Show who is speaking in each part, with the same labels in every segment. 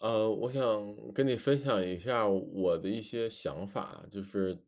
Speaker 1: 我想跟你分享一下我的一些想法，就是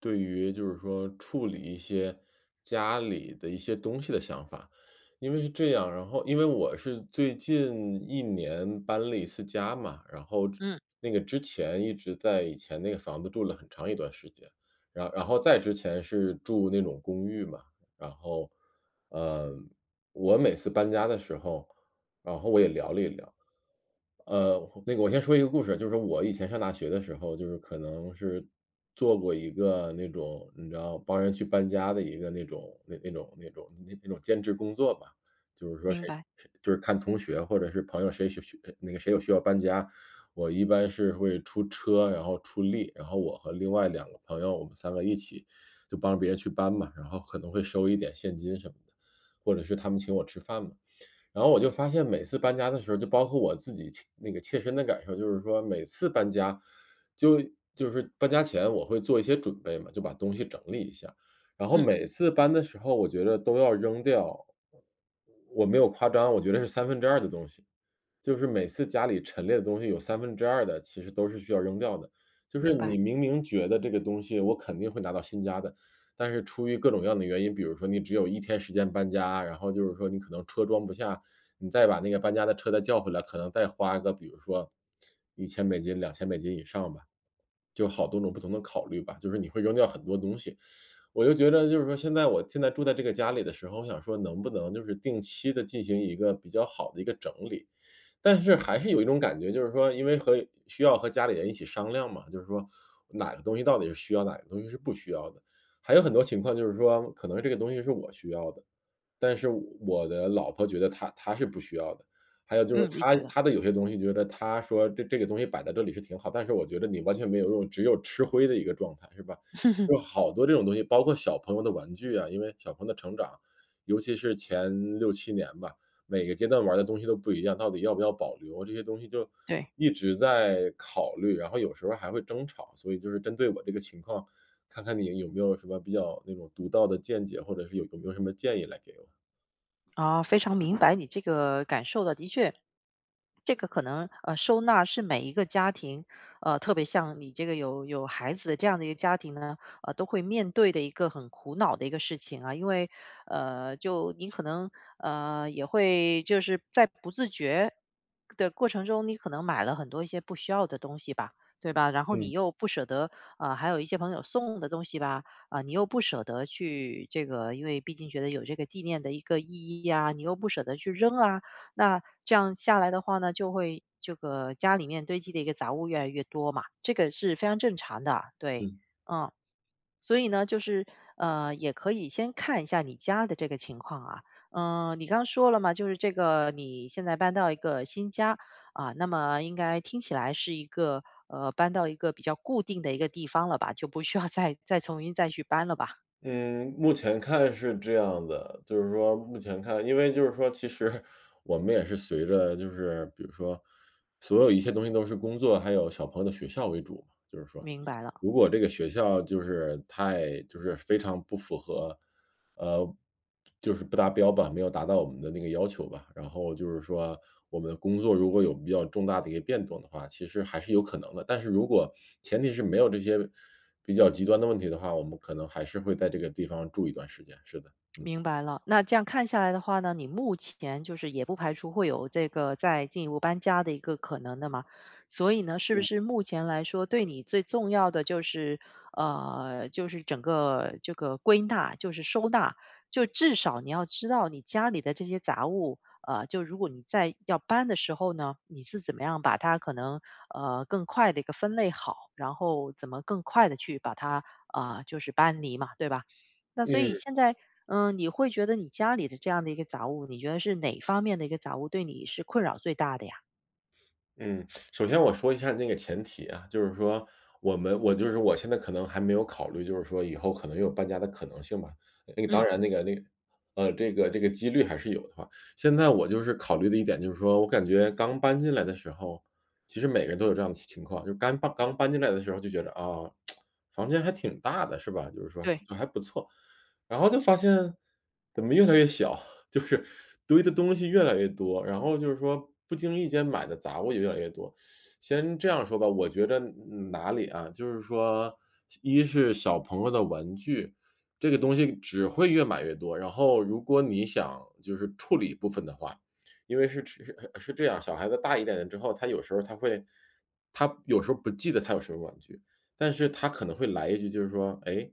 Speaker 1: 对于就是说处理一些家里的一些东西的想法。因为是这样，然后因为我是最近一年搬了一次家嘛，然后
Speaker 2: 嗯，
Speaker 1: 那个之前一直在以前那个房子住了很长一段时间，然后再之前是住那种公寓嘛，然后，呃，我每次搬家的时候然后我也聊了一聊。那个我先说一个故事，就是我以前上大学的时候，就是可能是做过一个那种，你知道帮人去搬家的一个那种兼职工作吧。就是说
Speaker 2: 明
Speaker 1: 谁
Speaker 2: 白，
Speaker 1: 谁就是看同学或者是朋友谁需需那个谁有需要搬家，我一般是会出车，然后出力，然后我和另外两个朋友，我们三个一起就帮别人去搬嘛，然后可能会收一点现金什么的，或者是他们请我吃饭嘛。然后我就发现每次搬家的时候，就包括我自己切那个切身的感受，就是说每次搬家，就就是搬家前我会做一些准备嘛，就把东西整理一下，然后
Speaker 2: 嗯，
Speaker 1: 每次搬的时候，我觉得都要扔掉，我没有夸张，我觉得是三分之二的东西，就是每次家里陈列的东西有三分之二的其实都是需要扔掉的，就是
Speaker 2: 明白，
Speaker 1: 你明明觉得这个东西我肯定会拿到新家的，但是出于各种各样的原因，比如说你只有一天时间搬家，然后就是说你可能车装不下，你再把那个搬家的车再叫回来，可能再花个比如说1000美金、2000美金以上吧。就好多种不同的考虑吧，就是你会扔掉很多东西。我就觉得就是说现在我现在住在这个家里的时候，我想说能不能就是定期的进行一个比较好的一个整理。但是还是有一种感觉，就是说因为和需要和家里人一起商量嘛，就是说哪个东西到底是需要，哪个东西是不需要的。还有很多情况就是说，可能这个东西是我需要的，但是我的老婆觉得她是不需要的。还有就是
Speaker 2: 嗯，理
Speaker 1: 她
Speaker 2: 解了，
Speaker 1: 她的有些东西觉得她说这个东西摆在这里是挺好，但是我觉得你完全没有用，只有吃灰的一个状态，是吧？就好多这种东西，包括小朋友的玩具啊，因为小朋友的成长，尤其是前六七年吧，每个阶段玩的东西都不一样，到底要不要保留，这些东西就
Speaker 2: 对，
Speaker 1: 一直在考虑，然后有时候还会争吵。所以就是针对我这个情况，看看你有没有什么比较那种独到的见解，或者是有没有什么建议来给我？
Speaker 2: 非常明白你这个感受的，的确，这个可能收纳是每一个家庭，特别像你这个有孩子的这样的一个家庭呢，都会面对的一个很苦恼的一个事情啊。因为就你可能也会就是在不自觉的过程中，你可能买了很多一些不需要的东西吧，对吧？然后你
Speaker 1: 嗯
Speaker 2: 又不舍得，还有一些朋友送的东西吧，你又不舍得去这个，因为毕竟觉得有这个纪念的一个意义呀、你又不舍得去扔啊。那这样下来的话呢，就会这个家里面堆积的一个杂物越来越多嘛，这个是非常正常的，对，
Speaker 1: 嗯。
Speaker 2: 嗯，所以呢，就是也可以先看一下你家的这个情况啊。嗯、你刚说了嘛，就是这个你现在搬到一个新家，啊，那么应该听起来是一个搬到一个比较固定的一个地方了吧，就不需要再 再重新再去搬了吧？
Speaker 1: 嗯，目前看是这样的，就是说目前看因为就是说其实我们也是随着就是比如说所有一切东西都是工作，还有小朋友的学校为主嘛，就是说。
Speaker 2: 明白了。
Speaker 1: 如果这个学校就是太就是非常不符合，呃，就是不达标吧，没有达到我们的那个要求吧，然后就是说我们的工作如果有比较重大的一个变动的话，其实还是有可能的。但是如果前提是没有这些比较极端的问题的话，我们可能还是会在这个地方住一段时间，是的。嗯。
Speaker 2: 明白了，那这样看下来的话呢，你目前就是也不排除会有这个再进一步搬家的一个可能的嘛，所以呢，是不是目前来说对你最重要的就是，就是整个这个归纳，就是收纳，就至少你要知道你家里的这些杂物，就如果你在要搬的时候呢，你是怎么样把它可能更快的一个分类好，然后怎么更快的去把它啊、就是搬离嘛，对吧？那所以
Speaker 1: 嗯。
Speaker 2: 现在，嗯，你会觉得你家里的这样的一个杂物，你觉得是哪方面的一个杂物对你是困扰最大的呀？
Speaker 1: 嗯，首先我说一下那个前提啊，就是说我们我就是我现在可能还没有考虑，就是说以后可能有搬家的可能性吧。那个当
Speaker 2: 嗯，
Speaker 1: 然那个，这个几率还是有的话。现在我就是考虑的一点就是说，我感觉刚搬进来的时候，其实每个人都有这样的情况，就刚搬进来的时候就觉得啊，房间还挺大的是吧？就是说
Speaker 2: 对，
Speaker 1: 就还不错，然后就发现怎么越来越小，就是堆的东西越来越多，然后就是说不经意间买的杂物也越来越多。先这样说吧，我觉着哪里啊，就是说一是小朋友的玩具，这个东西只会越买越多，然后如果你想就是处理部分的话，因为是这样，小孩子大一点了之后，他有时候不记得他有什么玩具，但是他可能会来一句，就是说：“哎，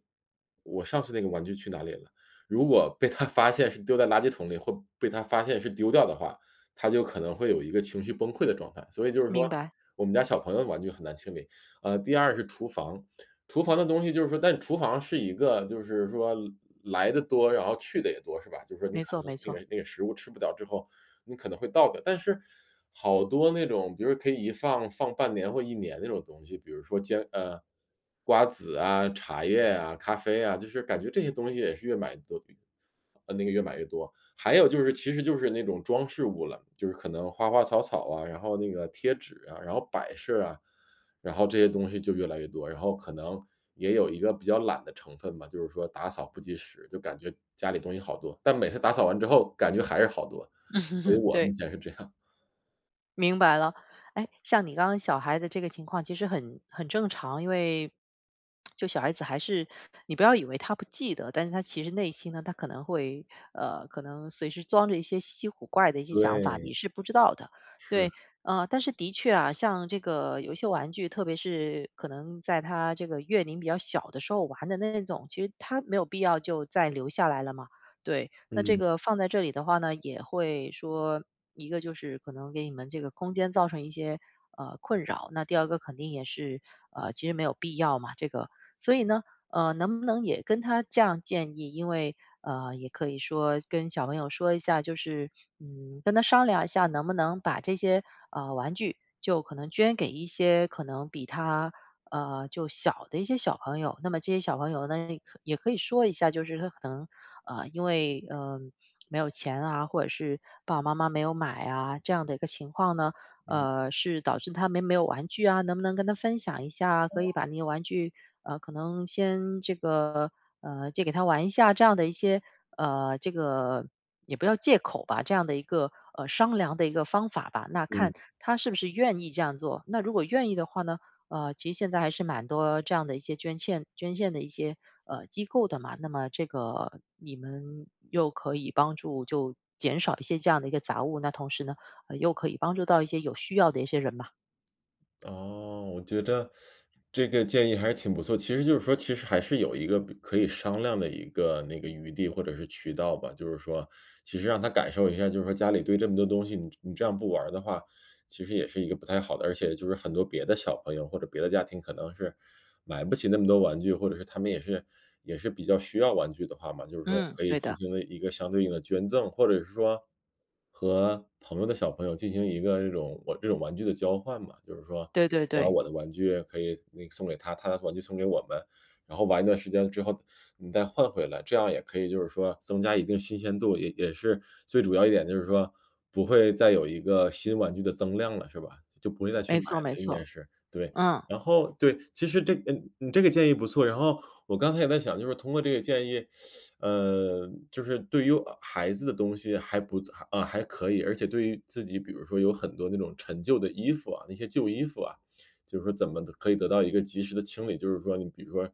Speaker 1: 我上次那个玩具去哪里了？”如果被他发现是丢在垃圾桶里，或被他发现是丢掉的话，他就可能会有一个情绪崩溃的状态。所以就是说，
Speaker 2: 明白，
Speaker 1: 我们家小朋友的玩具很难清理。第二是厨房，厨房的东西就是说，但厨房是一个就是说来的多，然后去的也多，是吧？就是说你
Speaker 2: 没
Speaker 1: 可
Speaker 2: 错
Speaker 1: 能
Speaker 2: 没
Speaker 1: 那
Speaker 2: 错，
Speaker 1: 个那个食物吃不掉之后，你可能会倒掉。但是好多那种，比如说可以一放放半年或一年那种东西，比如说瓜子啊、茶叶啊、咖啡啊，就是感觉这些东西也是越买越多。还有就是其实就是那种装饰物了，就是可能花花草草啊，然后那个贴纸啊，然后摆设啊，然后这些东西就越来越多。然后可能也有一个比较懒的成分吧，就是说打扫不及时，就感觉家里东西好多，但每次打扫完之后感觉还是好多。
Speaker 2: 嗯
Speaker 1: 所以
Speaker 2: 哼，
Speaker 1: 我目
Speaker 2: 对。
Speaker 1: 前是这样。
Speaker 2: 明白了，哎，像你刚刚小孩的这个情况，其实很正常，因为就小孩子还是你不要以为他不记得，但是他其实内心呢，他可能会可能随时装着一些稀奇古怪的一些想法，
Speaker 1: 对。
Speaker 2: 你是不知道的，
Speaker 1: 是。
Speaker 2: 对，但是的确啊，像这个有一些玩具，特别是可能在他这个月龄比较小的时候玩的那种，其实他没有必要就再留下来了嘛，对，那这
Speaker 1: 嗯。
Speaker 2: 个放在这里的话呢，也会说一个就是可能给你们这个空间造成一些困扰，那第二个肯定也是其实没有必要嘛，这个，所以呢，能不能也跟他这样建议？因为也可以说跟小朋友说一下，就是嗯，跟他商量一下，能不能把这些玩具就可能捐给一些可能比他就小的一些小朋友，那么这些小朋友呢，可也可以说一下，就是他可能，因为没有钱啊，或者是爸爸妈妈没有买啊，这样的一个情况呢，
Speaker 1: 嗯。
Speaker 2: 是导致他没有玩具啊，能不能跟他分享一下啊？可
Speaker 1: 哦。
Speaker 2: 以把那些玩具，可能先这个，借给他玩一下，这样的一些，这个也不要借口吧，这样的一个商量的一个方法吧。那看
Speaker 1: 嗯。
Speaker 2: 他是不是愿意这样做。那如果愿意的话呢？其实现在还是蛮多这样的一些捐献的一些机构的嘛，那么这个你们又可以帮助就减少一些这样的一个杂物，那同时呢，又可以帮助到一些有需要的一些人嘛。
Speaker 1: 哦，我觉得这个建议还是挺不错。其实就是说，其实还是有一个可以商量的一个那个余地或者是渠道吧。就是说，其实让他感受一下，就是说家里堆这么多东西，你这样不玩儿的话，其实也是一个不太好的，而且就是很多别的小朋友或者别的家庭可能是买不起那么多玩具，或者是他们也是比较需要玩具的话嘛，就是说
Speaker 2: 嗯，
Speaker 1: 可以
Speaker 2: 对
Speaker 1: 进
Speaker 2: 的，
Speaker 1: 行了一个相对应的捐赠，或者是说和朋友的小朋友进行一个这种我这种玩具的交换嘛，就是说
Speaker 2: 对对
Speaker 1: 我把
Speaker 2: 对，
Speaker 1: 我的玩具可以那个送给他，他的玩具送给我们，然后玩一段时间之后，你再换回来，这样也可以就是说增加一定新鲜度，也是最主要一点就是说，不会再有一个新玩具的增量了，是吧？就不会再去
Speaker 2: 没
Speaker 1: 买
Speaker 2: 错没
Speaker 1: 了，应该
Speaker 2: 错，
Speaker 1: 是，对。
Speaker 2: 嗯，
Speaker 1: 然后对，其实你这个建议不错，然后我刚才也在想，就是通过这个建议，就是对于孩子的东西还不还啊，还可以，而且对于自己，比如说有很多那种陈旧的衣服啊，那些旧衣服啊，就是说怎么可以得到一个及时的清理，就是说你比如说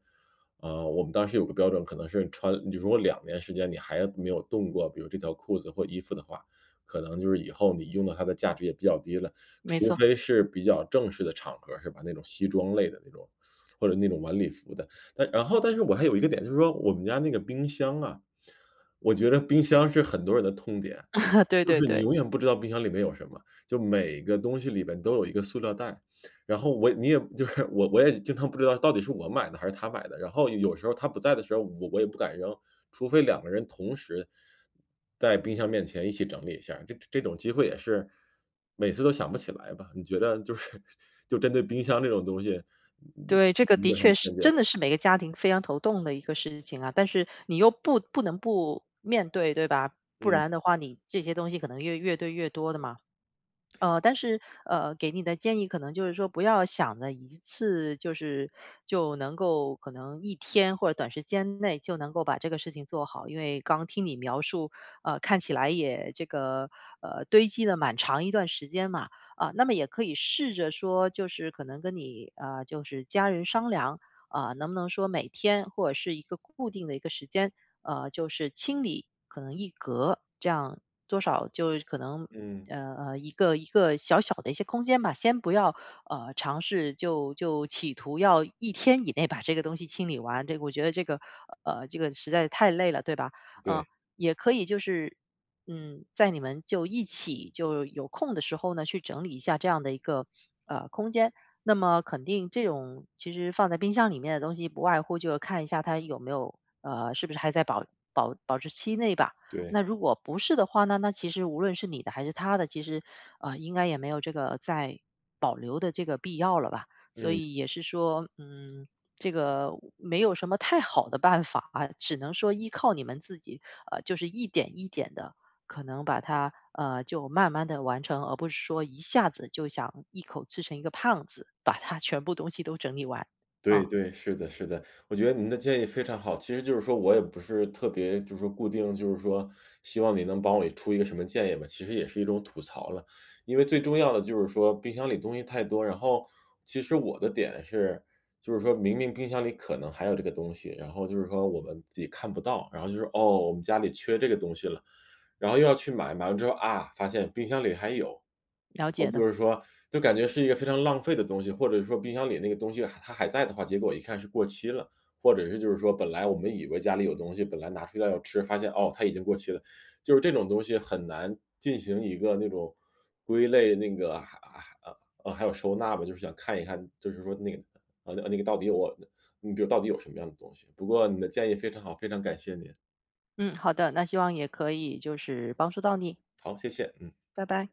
Speaker 1: 我们当时有个标准，可能是穿你如果2年时间你还没有动过，比如这条裤子或衣服的话，可能就是以后你用到它的价值也比较低了。
Speaker 2: 没
Speaker 1: 除
Speaker 2: 错，
Speaker 1: 非是比较正式的场合是吧，那种西装类的那种，或者那种晚礼服的。但然后但是我还有一个点，就是说我们家那个冰箱啊，我觉得冰箱是很多人的痛点，
Speaker 2: 对
Speaker 1: 就
Speaker 2: 对
Speaker 1: 是你
Speaker 2: 对。
Speaker 1: 永远不知道冰箱里面有什么，就每个东西里面都有一个塑料袋。然后我你也就是我我也经常不知道到底是我买的还是他买的，然后有时候他不在的时候，我也不敢扔，除非两个人同时在冰箱面前一起整理一下儿这种机会也是每次都想不起来吧？你觉得就是 就针对冰箱这种东西，你
Speaker 2: 对，这个
Speaker 1: 你
Speaker 2: 的
Speaker 1: 有什么
Speaker 2: 确是，
Speaker 1: 见解吗？
Speaker 2: 真的是每个家庭非常头痛的一个事情啊。但是你又不能不面对，对吧？不
Speaker 1: 嗯
Speaker 2: 然的话，你这些东西可能越堆越多的嘛。但是,给你的建议可能就是说不要想着一次就是就能够可能一天或者短时间内就能够把这个事情做好。因为刚听你描述，看起来也这个，堆积了蛮长一段时间嘛。啊，那么也可以试着说就是可能跟你啊，就是家人商量，啊，能不能说每天或者是一个固定的一个时间，就是清理可能一格，这样多少就是可能
Speaker 1: 嗯。
Speaker 2: 一个一个小小的一些空间吧，先不要尝试就企图要一天以内把这个东西清理完，这个我觉得这个这个实在太累了，对吧？嗯、
Speaker 1: 对
Speaker 2: 也可以就是嗯，在你们就一起就有空的时候呢，去整理一下这样的一个空间。那么肯定这种其实放在冰箱里面的东西，不外乎就是看一下它有没有是不是还在保质期内吧。
Speaker 1: 对。
Speaker 2: 那如果不是的话呢，那其实无论是你的还是他的，其实应该也没有这个再保留的这个必要了吧。所
Speaker 1: 嗯。
Speaker 2: 以也是说，嗯，这个没有什么太好的办法啊，只能说依靠你们自己，就是一点一点的可能把它就慢慢的完成，而不是说一下子就想一口吃成一个胖子，把它 全部东西都整理完。
Speaker 1: 对
Speaker 2: 啊，
Speaker 1: 对，是的，是的，我觉得您的建议非常好。其实就是说我也不是特别就是说固定，就是说希望你能帮我出一个什么建议吧，其实也是一种吐槽了。因为最重要的就是说冰箱里东西太多，然后其实我的点是，就是说明明冰箱里可能还有这个东西，然后就是说我们自己看不到，然后就是哦，我们家里缺这个东西了，然后又要去买，买完之后啊，发现冰箱里还有。
Speaker 2: 了
Speaker 1: 哦，
Speaker 2: 解的。
Speaker 1: 就是说就感觉是一个非常浪费的东西，或者说冰箱里那个东西还它还在的话，结果一看是过期了，或者是就是说本来我们以为家里有东西，本来拿出来要吃，发现哦，它已经过期了。就是这种东西很难进行一个那种归类，那个还有收纳吧，就是想看一看，就是说那个那个到底有我你比如到底有什么样的东西。不过你的建议非常好，非常感谢您。
Speaker 2: 嗯，好的，那希望也可以就是帮助到你，
Speaker 1: 好，谢谢，嗯。
Speaker 2: 拜拜。